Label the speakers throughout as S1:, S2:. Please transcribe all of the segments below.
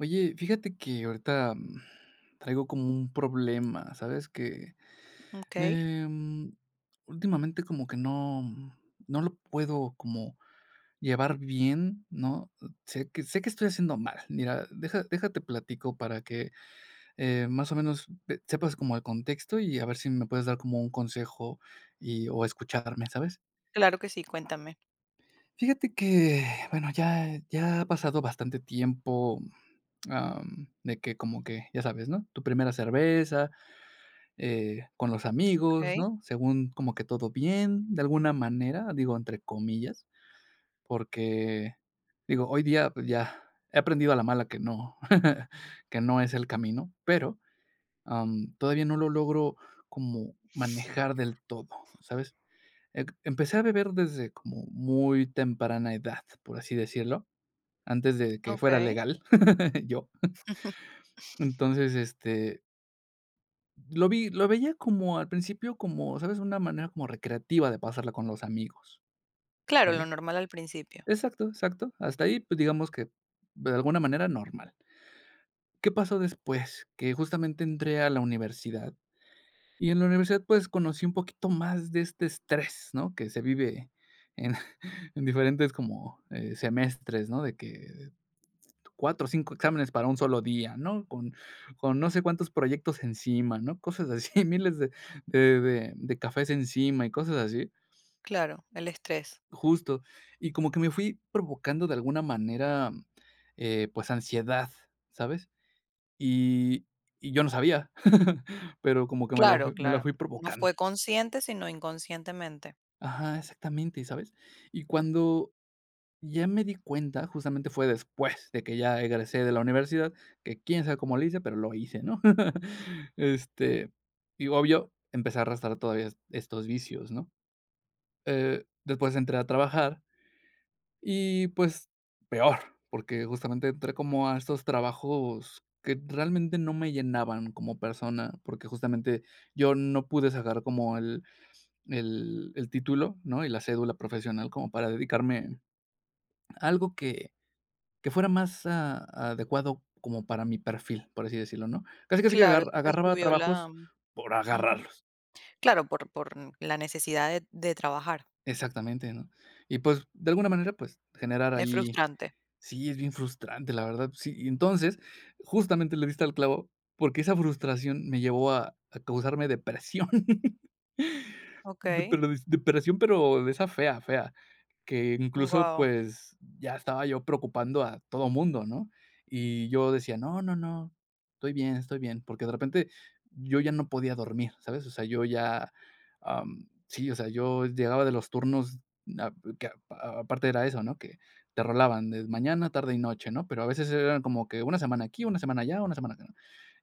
S1: Oye, fíjate que ahorita, traigo como un problema, ¿sabes?
S2: Okey,
S1: Em, Últimamente como que no lo puedo como llevar bien, ¿no? Sé que estoy haciendo mal. Mira, deja déjate platico para que más o menos, ve sepas como el contexto y a ver si me puedes dar como un consejo y o escucharme, ¿sabes?
S2: claro que sí, cuéntame.
S1: Fíjate que, bueno, ya ha pasado bastante tiempo, de que como que, ya sabes, ¿no? Tu primera cerveza, con los amigos,
S2: Okey,
S1: ¿no? Según como que todo bien, de alguna manera, digo, entre comillas, porque, digo, hoy día, pues, ya he aprendido a la mala que no, que no es el camino, pero todavía no lo logro como manejar del todo, ¿sabes? Empecé a beber desde como muy temprana edad, por así decirlo, antes de que fuera
S2: okey.
S1: legal, yo. Entonces, este, lo veía como al principio como, ¿sabes?, una manera como recreativa de pasarla con los amigos.
S2: Claro, lo
S1: Claro,
S2: normal al principio.
S1: exacto, exacto. Hasta ahí, pues, digamos que de alguna manera normal. ¿Qué pasó después? Que justamente entré a la universidad. Y en la universidad, pues, conocí un poquito más de este estrés, ¿no? Que se vive en en diferentes como, semestres, ¿no? De que 4 o 5 exámenes para un solo día, ¿no? Con no sé cuántos proyectos encima, ¿no? Cosas así, miles de de cafés encima y cosas así,
S2: Claro, el estrés.
S1: justo. Y como que me fui provocando de alguna manera, pues, ansiedad, ¿sabes? Y y yo no sabía, pero como que me la
S2: Claro,
S1: fui me la
S2: claro.
S1: fui
S2: No
S1: provocando.
S2: fue consciente, sino inconscientemente.
S1: Ajá, exactamente, ¿sabes? Y cuando ya me di cuenta, justamente fue después de que ya egresé de la universidad, que quién sabe cómo lo hice, pero lo hice, ¿no? Este, y obvio, empecé a arrastrar todavía estos vicios, ¿no? Después entré a trabajar y pues peor, porque justamente entré como a estos trabajos que realmente no me llenaban como persona, porque justamente yo no pude sacar como el título, ¿no? Y la cédula profesional como para dedicarme a algo que fuera más a adecuado como para mi perfil, por así decirlo, ¿no? Casi, casi que
S2: Claro, eso te
S1: agarraba
S2: subió la
S1: trabajos por
S2: ujú.
S1: agarrarlos.
S2: Claro, por la necesidad de trabajar.
S1: Exactamente, ¿no? Y, pues, de alguna manera, pues, generar
S2: Es
S1: ahí
S2: frustrante.
S1: sí, es bien frustrante, la verdad, sí. Y entonces, justamente le diste al clavo, porque esa frustración me llevó a causarme depresión. De
S2: Okey,
S1: pero des depresión, pero de esa fea, fea, que incluso,
S2: guau.
S1: pues, ya estaba yo preocupando a todo mundo, ¿no? Y yo decía: "No, no, no, estoy bien", porque de repente yo ya no podía dormir, ¿sabes? O sea, yo ya, sí, o sea, yo llegaba de los turnos, ah, que aparte era eso, ¿no? Que te rolaban de mañana, tarde y noche, ¿no? Pero a veces eran como que una semana aquí, una semana allá, una semana acá, ¿no?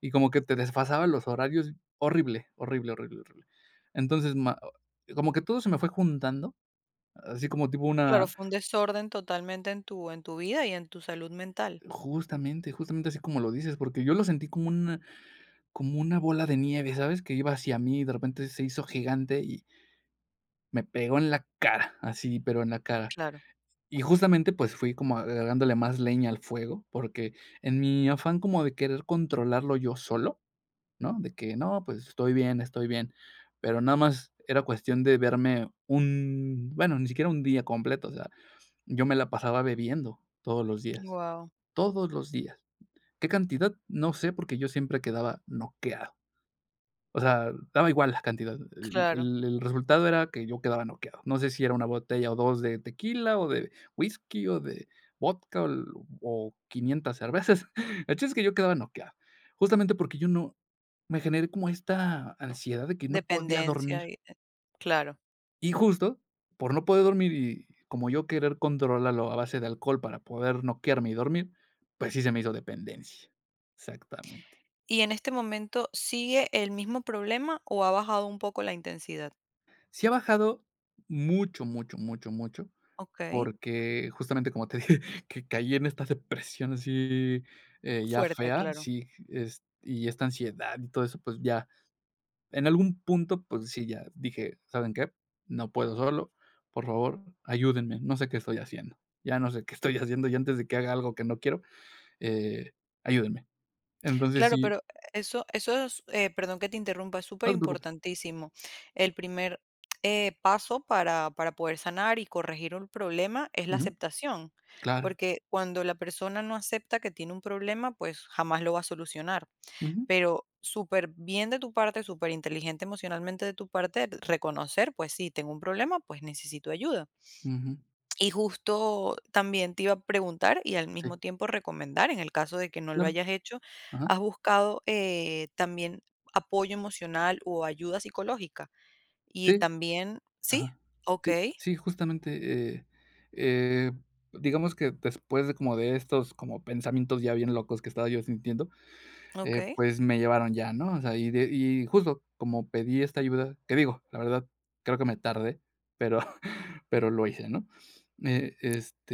S1: Y como que te desfasaban los horarios horrible, horrible, horrible, horrible. Entonces, ma como que todo se me fue juntando, así como tipo
S2: Claro,
S1: una
S2: fue un desorden totalmente en tu vida y en tu salud mental.
S1: justamente, justamente así como lo dices, porque yo lo sentí como una bola de nieve, ¿sabes? Que iba hacia mí y de repente se hizo gigante y me pegó en la cara, así, pero en la cara.
S2: Claro.
S1: Y justamente, pues, fui como agregándole más leña al fuego, porque en mi afán como de querer controlarlo yo solo, ¿no? De que no, pues estoy bien, pero nada más era cuestión de verme un bueno, ni siquiera un día completo, o sea, yo me la pasaba bebiendo todos los días,
S2: Guau.
S1: todos los días. ¿Qué cantidad? No sé, porque yo siempre quedaba noqueado. O sea, daba igual la cantidad. El
S2: Claro.
S1: el el resultado era que yo quedaba noqueado. No sé si era una botella o 2 de tequila, o de whisky, o de vodka, o 500 cervezas. El chiste es que yo quedaba noqueado, justamente porque yo no me generé como esta ansiedad de que no podía dormir.
S2: Dependencia y, claro.
S1: Y justo, por no poder dormir y como yo querer controlarlo a base de alcohol para poder noquearme y dormir, pues sí se me hizo dependencia. Exactamente.
S2: ¿Y en este momento sigue el mismo problema o ha bajado un poco la intensidad?
S1: Sí ha bajado mucho, mucho, mucho, mucho,
S2: Okey,
S1: porque justamente como te dije, que caí en esta depresión así, ya
S2: fuerte,
S1: fea,
S2: claro.
S1: sí, es y esta ansiedad y todo eso, pues ya en algún punto, pues sí, ya dije: "¿Saben qué? No puedo solo, por favor, ayúdenme, no sé qué estoy haciendo. Ya no sé qué estoy haciendo, y antes de que haga algo que no quiero, eh, ayúdenme". Entonces
S2: Claro,
S1: sí,
S2: pero eso es, perdón que te interrumpa, es
S1: no te preocupes.
S2: superimportantísimo. El primer, paso para poder sanar y corregir un problema es la
S1: Ujú,
S2: aceptación,
S1: claro.
S2: porque cuando la persona no acepta que tiene un problema, pues jamás lo va a solucionar.
S1: Ujú,
S2: Pero súper bien de tu parte, súper inteligente emocionalmente de tu parte, reconocer, pues sí, tengo un problema, pues necesito ayuda.
S1: ujú.
S2: Y justo también te iba a preguntar y al
S1: Sí,
S2: mismo tiempo recomendar, en el caso de que no lo
S1: claro.
S2: hayas hecho,
S1: Ajá.
S2: ¿has buscado también apoyo emocional o ayuda psicológica? Y
S1: Sí,
S2: también, sí,
S1: ajá.
S2: ok,
S1: Sí, sí, justamente, eh, digamos que después de como de estos como pensamientos ya bien locos que estaba yo sintiendo,
S2: ok.
S1: eh, pues, me llevaron ya, ¿no? O sea, y justo como pedí esta ayuda, que digo, la verdad, creo que me tardé, pero pero lo hice, ¿no?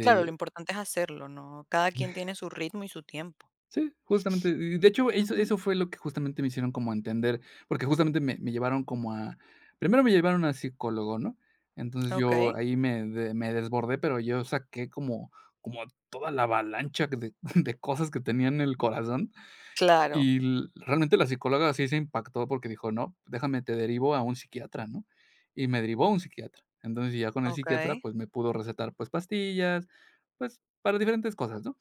S2: Claro, lo importante es hacerlo, ¿no? Cada quien tiene su ritmo y su tiempo.
S1: sí, justamente, y de hecho, eso
S2: Ujú.
S1: eso fue lo que justamente me hicieron como entender, porque justamente me llevaron como a primero me llevaron a psicólogo, ¿no? Entonces,
S2: Ok,
S1: yo ahí me desbordé, pero yo saqué como como toda la avalancha de de cosas que tenía en el corazón.
S2: claro,
S1: Y l realmente la psicóloga sí se impactó porque dijo: "No, déjame, te derivo a un psiquiatra", ¿no? Y me derivó a un psiquiatra. Entonces, ya con el psiquiatra,
S2: ok,
S1: pues, me pudo recetar, pues, pastillas, pues, para diferentes cosas, ¿no?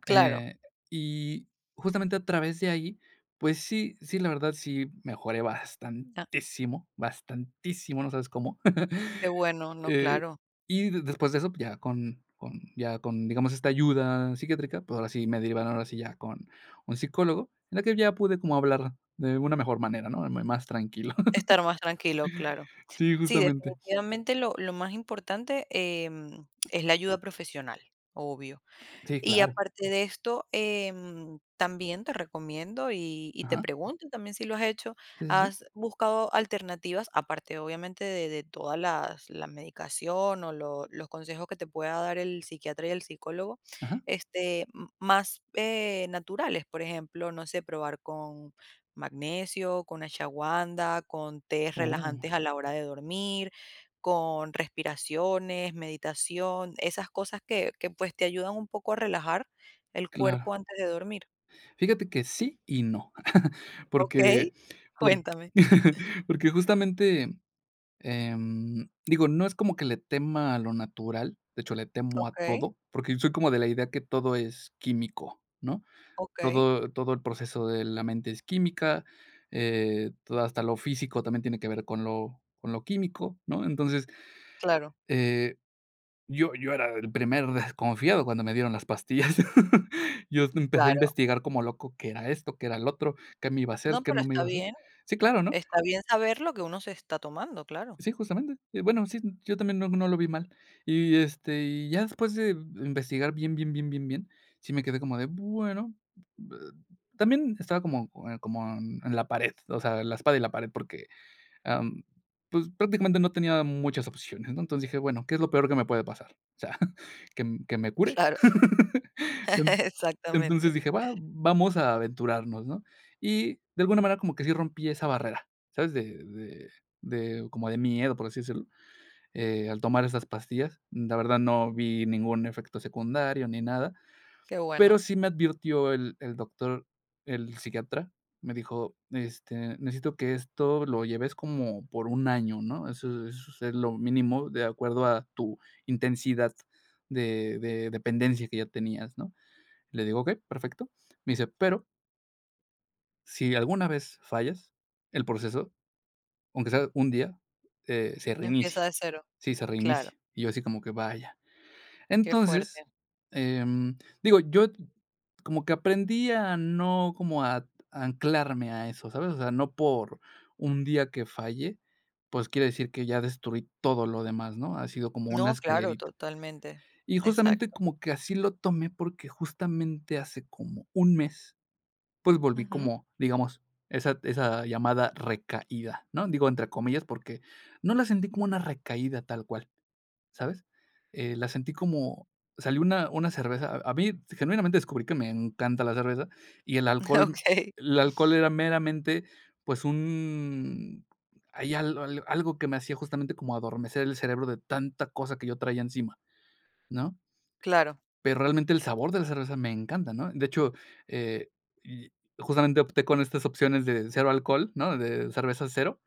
S2: claro.
S1: Eh, y justamente a través de ahí, pues sí, sí, la verdad sí mejoré
S2: Ah,
S1: bastantísimo, bastantísimo, no sabes cómo.
S2: qué bueno, no,
S1: Eh,
S2: claro.
S1: y de después de eso, ya con digamos, esta ayuda psiquiátrica, pues, ahora sí me derivaron, ahora sí ya con un psicólogo, en la que ya pude como hablar de una mejor manera, ¿no? M Más tranquilo.
S2: Estar más tranquilo, claro.
S1: Sí,
S2: Sí,
S1: justamente.
S2: definitivamente lo más importante, es la ayuda profesional, obvio.
S1: Sí,
S2: Y
S1: claro.
S2: aparte de esto, también te recomiendo y te
S1: Ajá.
S2: pregunto también si lo has hecho,
S1: Sí, sí, sí.
S2: ¿has buscado alternativas, aparte obviamente de todas la medicación o los consejos que te pueda dar el psiquiatra y el psicólogo,
S1: Ajá.
S2: este, más naturales, por ejemplo, no sé, probar con magnesio, con ashwagandha, con tés
S1: Oh,
S2: relajantes a la hora de dormir, con respiraciones, meditación, esas cosas que pues, te ayudan un poco a relajar el
S1: claro.
S2: cuerpo antes de dormir.
S1: Fíjate que sí y no,
S2: Okey,
S1: porque por
S2: cuéntame.
S1: porque justamente em, digo, no es como que le tema a lo natural, de hecho, le temo a
S2: Okey,
S1: todo, porque soy como de la idea que todo es químico, ¿no?
S2: okey.
S1: Todo el proceso de la mente es química, todo hasta lo físico también tiene que ver con lo químico, ¿no? Entonces,
S2: Claro,
S1: eh, yo era el primer desconfiado cuando me dieron las pastillas. Yo empecé a
S2: claro.
S1: investigar como loco qué era esto, qué era el otro, qué me iba a hacer,
S2: No,
S1: qué
S2: pero
S1: no me iba a hacer. Sí, claro, ¿no?
S2: está bien saber lo que uno se está tomando, claro,
S1: Sí, justamente. Bueno, sí, yo también no lo vi mal. Y, este, y ya después de investigar bien, bien, bien, bien, bien, sí me quedé como de, bueno, eh, también estaba como como en la pared, o sea, la espada y la pared, porque, am, pues, prácticamente no tenía muchas opciones, ¿no? Entonces dije: "Bueno, ¿qué es lo peor que me puede pasar?". O sea, que m que me cure.
S2: claro,
S1: En Entonces
S2: exactamente.
S1: dije: "Va, vamos a aventurarnos", ¿no? Y de alguna manera como que sí rompí esa barrera, ¿sabes? De como de miedo, por así decirlo, al tomar esas pastillas. La verdad no vi ningún efecto secundario ni nada,
S2: Qué bueno,
S1: pero sí me advirtió el doctor, el psiquiatra, me dijo: "Este, necesito que esto lo lleves como por un año, ¿no? Eso es lo mínimo de acuerdo a tu intensidad de dependencia que ya tenías", ¿no? Le digo: "Okey, perfecto". Me dice: "Pero si alguna vez fallas el proceso, aunque sea un día, se reinicia".
S2: empieza de cero.
S1: Sí, se
S2: Claro,
S1: reinicia. Y yo así como que vaya.
S2: qué
S1: Entonces,
S2: fuerte.
S1: em, digo, yo como que aprendí a no como a anclarme a eso, ¿sabes? O sea, no por un día que falle, pues quiere decir que ya destruí todo lo demás, ¿no? Ha sido como una
S2: No, claro,
S1: escalerita.
S2: totalmente.
S1: Y justamente
S2: Exacto.
S1: como que así lo tomé porque justamente hace como un mes, pues volví
S2: Ujú.
S1: como, digamos, esa llamada recaída, ¿no? Digo entre comillas porque no la sentí como una recaída tal cual. ¿Sabes? La sentí como salió una cerveza. A mí, genuinamente descubrí que me encanta la cerveza, y
S2: Okey,
S1: el alcohol era meramente, pues, un ahí al al algo que me hacía justamente como adormecer el cerebro de tanta cosa que yo traía encima, ¿no?
S2: claro.
S1: Pero realmente el sabor de la cerveza me encanta, ¿no? De hecho, eh, y justamente opté con estas opciones de cero alcohol, ¿no? De cerveza cero.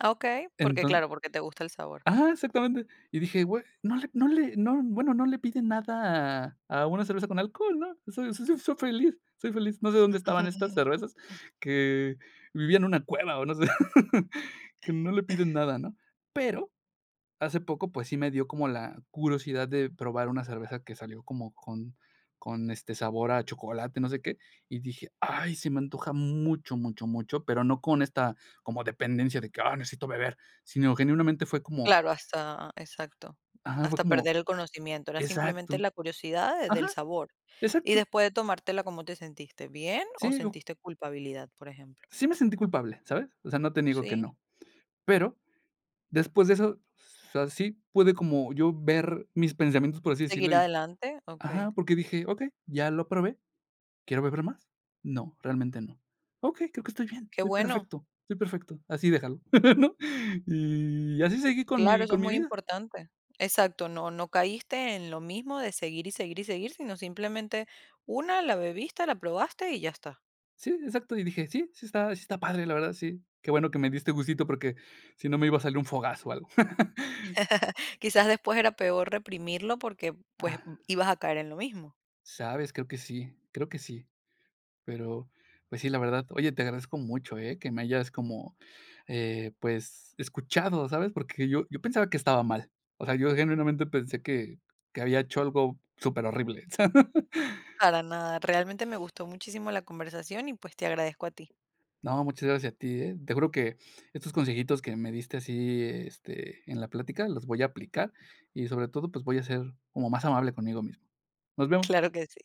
S2: Ah, okey, porque
S1: Enton
S2: claro, porque te gusta el sabor.
S1: Ajá, exactamente. Y dije: "Güey, no, bueno, no le piden nada a una cerveza con alcohol, ¿no? Soy feliz, soy feliz". No sé dónde estaban estas cervezas, que vivían en una cueva o no sé, que no le piden nada, ¿no? Pero hace poco, pues sí me dio como la curiosidad de probar una cerveza que salió como con, este, sabor a chocolate, no sé qué, y dije: "Ay, se me antoja mucho, mucho, mucho", pero no con esta como dependencia de que: "Ah, necesito beber", sino genuinamente fue como
S2: Claro, hasta exacto,
S1: Ajá, fue
S2: hasta
S1: como
S2: perder el conocimiento, era simplemente
S1: exacto.
S2: la curiosidad de del
S1: Ajá,
S2: sabor. Y
S1: exacto.
S2: después de tomártela, ¿cómo te sentiste? ¿Bien o
S1: Sí, yo
S2: sentiste culpabilidad, por ejemplo?
S1: sí me sentí culpable, ¿sabes? O sea, no te niego que
S2: Sí,
S1: no. Pero después de eso, o sea, sí pude como yo ver mis pensamientos, por así
S2: seguir
S1: decirlo, y
S2: adelante, okey.
S1: ajá, porque dije: "Okey, ya lo probé, ¿quiero beber más? No, realmente no. Okey, creo que estoy bien,
S2: Qué bueno,
S1: estoy perfecto, así déjalo", ¿no?. Y así seguí
S2: claro, eso es
S1: con mi
S2: muy
S1: vida.
S2: importante. Exacto, no caíste en lo mismo de seguir y seguir y seguir, sino simplemente una la bebiste, la probaste y ya está.
S1: Sí, exacto, y dije: "Sí, sí está padre, la verdad, sí. Qué bueno que me diste gustito porque si no me iba a salir un fogazo o algo".
S2: Quizás después era peor reprimirlo porque, pues,
S1: Ah.
S2: ibas a caer en lo mismo.
S1: ¿Sabes? Creo que sí, creo que sí. Pero, pues sí, la verdad, oye, te agradezco mucho, ¿eh? Que me hayas como, pues, escuchado, ¿sabes? Porque yo pensaba que estaba mal. O sea, yo genuinamente pensé que había hecho algo súper horrible.
S2: Para nada, realmente me gustó muchísimo la conversación y pues te agradezco a ti.
S1: No, muchas gracias a ti, ¿eh? Te juro que estos consejitos que me diste así, este, en la plática, los voy a aplicar y sobre todo, pues, voy a ser como más amable conmigo mismo. Nos vemos.
S2: Claro que sí.